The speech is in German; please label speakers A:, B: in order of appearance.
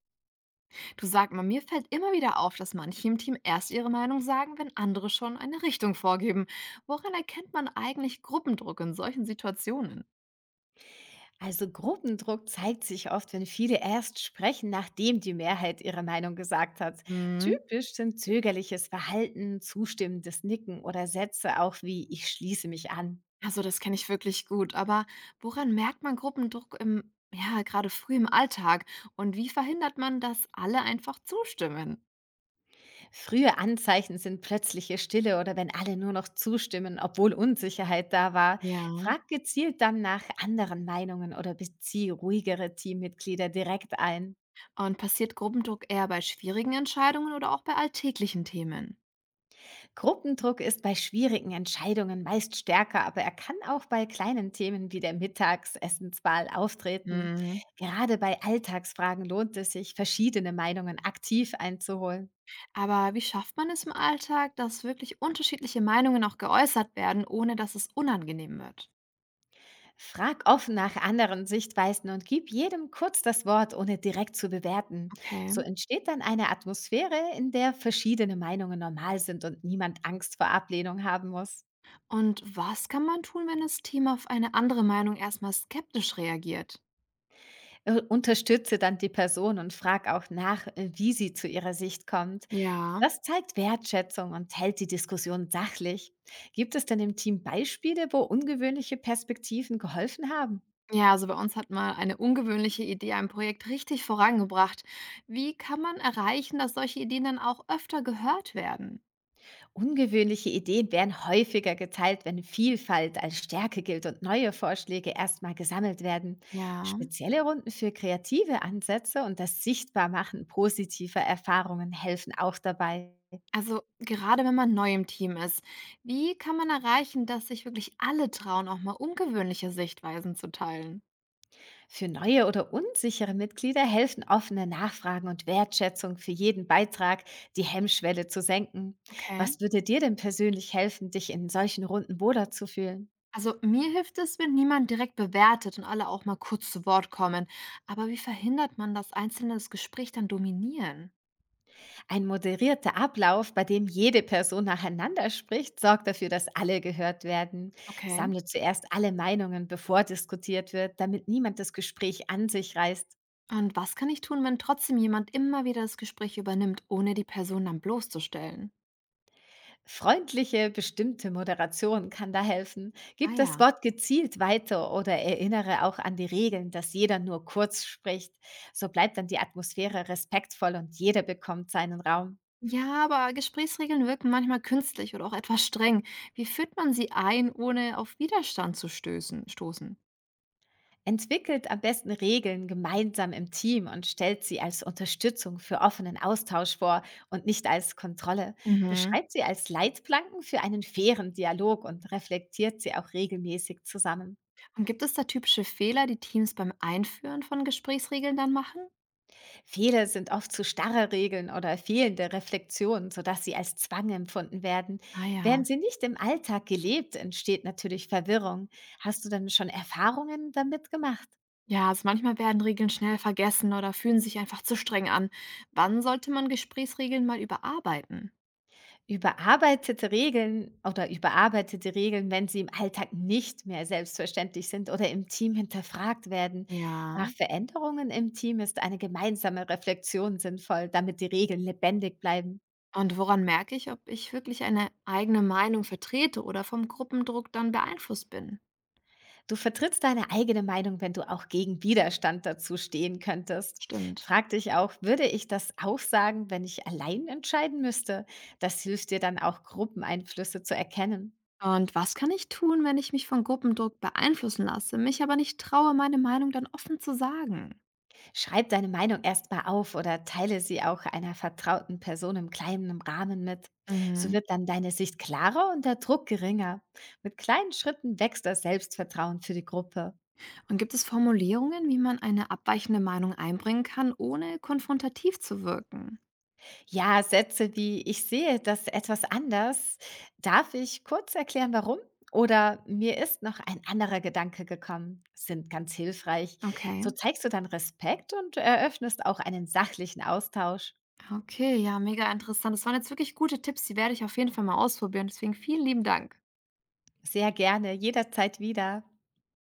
A: Du, sag mal, mir fällt immer wieder auf, dass manche im Team erst ihre Meinung sagen, wenn andere schon eine Richtung vorgeben. Woran erkennt man eigentlich Gruppendruck in solchen Situationen?
B: Also Gruppendruck zeigt sich oft, wenn viele erst sprechen, nachdem die Mehrheit ihre Meinung gesagt hat.
A: Mhm.
B: Typisch sind zögerliches Verhalten, zustimmendes Nicken oder Sätze auch wie ich schließe mich an.
A: Also, das kenne ich wirklich gut, aber woran merkt man Gruppendruck im, ja, gerade früh im Alltag? Und wie verhindert man, dass alle einfach zustimmen?
B: Frühe Anzeichen sind plötzliche Stille oder wenn alle nur noch zustimmen, obwohl Unsicherheit da war.
A: Ja.
B: Frag gezielt dann nach anderen Meinungen oder bezieh ruhigere Teammitglieder direkt ein.
A: Und passiert Gruppendruck eher bei schwierigen Entscheidungen oder auch bei alltäglichen Themen?
B: Gruppendruck ist bei schwierigen Entscheidungen meist stärker, aber er kann auch bei kleinen Themen wie der Mittagsessenswahl auftreten. Gerade bei Alltagsfragen lohnt es sich, verschiedene Meinungen aktiv einzuholen.
A: Aber wie schafft man es im Alltag, dass wirklich unterschiedliche Meinungen auch geäußert werden, ohne dass es unangenehm wird?
B: Frag offen nach anderen Sichtweisen und gib jedem kurz das Wort, ohne direkt zu bewerten.
A: Okay.
B: So entsteht dann eine Atmosphäre, in der verschiedene Meinungen normal sind und niemand Angst vor Ablehnung haben muss.
A: Und was kann man tun, wenn das Team auf eine andere Meinung erstmal skeptisch reagiert?
B: Unterstütze dann die Person und frag auch nach, wie sie zu ihrer Sicht kommt.
A: Ja.
B: Das zeigt Wertschätzung und hält die Diskussion sachlich. Gibt es denn im Team Beispiele, wo ungewöhnliche Perspektiven geholfen haben?
A: Ja, also bei uns hat mal eine ungewöhnliche Idee ein Projekt richtig vorangebracht. Wie kann man erreichen, dass solche Ideen dann auch öfter gehört werden?
B: Ungewöhnliche Ideen werden häufiger geteilt, wenn Vielfalt als Stärke gilt und neue Vorschläge erstmal gesammelt werden.
A: Ja.
B: Spezielle Runden für kreative Ansätze und das Sichtbarmachen positiver Erfahrungen helfen auch dabei.
A: Also gerade wenn man neu im Team ist, wie kann man erreichen, dass sich wirklich alle trauen, auch mal ungewöhnliche Sichtweisen zu teilen?
B: Für neue oder unsichere Mitglieder helfen offene Nachfragen und Wertschätzung für jeden Beitrag, die Hemmschwelle zu senken.
A: Okay.
B: Was würde dir denn persönlich helfen, dich in solchen Runden wohler zu fühlen?
A: Also mir hilft es, wenn niemand direkt bewertet und alle auch mal kurz zu Wort kommen. Aber wie verhindert man, dass Einzelne das Gespräch dann dominieren?
B: Ein moderierter Ablauf, bei dem jede Person nacheinander spricht, sorgt dafür, dass alle gehört werden.
A: Okay.
B: Sammle zuerst alle Meinungen, bevor diskutiert wird, damit niemand das Gespräch an sich reißt.
A: Und was kann ich tun, wenn trotzdem jemand immer wieder das Gespräch übernimmt, ohne die Person dann bloßzustellen?
B: Freundliche, bestimmte Moderation kann da helfen.
A: Ah,
B: Gib das
A: ja.
B: Wort gezielt weiter oder erinnere auch an die Regeln, dass jeder nur kurz spricht. So bleibt dann die Atmosphäre respektvoll und jeder bekommt seinen Raum.
A: Ja, aber Gesprächsregeln wirken manchmal künstlich oder auch etwas streng. Wie führt man sie ein, ohne auf Widerstand zu stoßen?
B: Entwickelt am besten Regeln gemeinsam im Team und stellt sie als Unterstützung für offenen Austausch vor und nicht als Kontrolle.
A: Mhm.
B: Beschreibt sie als Leitplanken für einen fairen Dialog und reflektiert sie auch regelmäßig zusammen.
A: Und gibt es da typische Fehler, die Teams beim Einführen von Gesprächsregeln dann machen?
B: Viele sind oft zu starre Regeln oder fehlende Reflexionen, sodass sie als Zwang empfunden werden.
A: Ah, ja.
B: Werden sie nicht im Alltag gelebt, entsteht natürlich Verwirrung. Hast du denn schon Erfahrungen damit gemacht?
A: Ja, also manchmal werden Regeln schnell vergessen oder fühlen sich einfach zu streng an. Wann sollte man Gesprächsregeln mal überarbeiten?
B: Überarbeitete Regeln oder überarbeitete Regeln, wenn sie im Alltag nicht mehr selbstverständlich sind oder im Team hinterfragt werden.
A: Ja.
B: Nach Veränderungen im Team ist eine gemeinsame Reflexion sinnvoll, damit die Regeln lebendig bleiben.
A: Und woran merke ich, ob ich wirklich eine eigene Meinung vertrete oder vom Gruppendruck dann beeinflusst bin?
B: Du vertrittst deine eigene Meinung, wenn du auch gegen Widerstand dazu stehen könntest.
A: Stimmt.
B: Frag dich auch, würde ich das auch sagen, wenn ich allein entscheiden müsste? Das hilft dir dann auch, Gruppeneinflüsse zu erkennen.
A: Und was kann ich tun, wenn ich mich von Gruppendruck beeinflussen lasse, mich aber nicht traue, meine Meinung dann offen zu sagen?
B: Schreib deine Meinung erstmal auf oder teile sie auch einer vertrauten Person im kleinen Rahmen mit. So
A: Mhm.
B: wird dann deine Sicht klarer und der Druck geringer. Mit kleinen Schritten wächst das Selbstvertrauen für die Gruppe.
A: Und gibt es Formulierungen, wie man eine abweichende Meinung einbringen kann, ohne konfrontativ zu wirken?
B: Ja, Sätze wie „Ich sehe das etwas anders“. „Darf ich kurz erklären, warum?“ oder „Mir ist noch ein anderer Gedanke gekommen“, sind ganz hilfreich.
A: Okay.
B: So zeigst du dann Respekt und eröffnest auch einen sachlichen Austausch.
A: Okay, ja, mega interessant. Das waren jetzt wirklich gute Tipps, die werde ich auf jeden Fall mal ausprobieren. Deswegen vielen lieben Dank.
B: Sehr gerne, jederzeit wieder.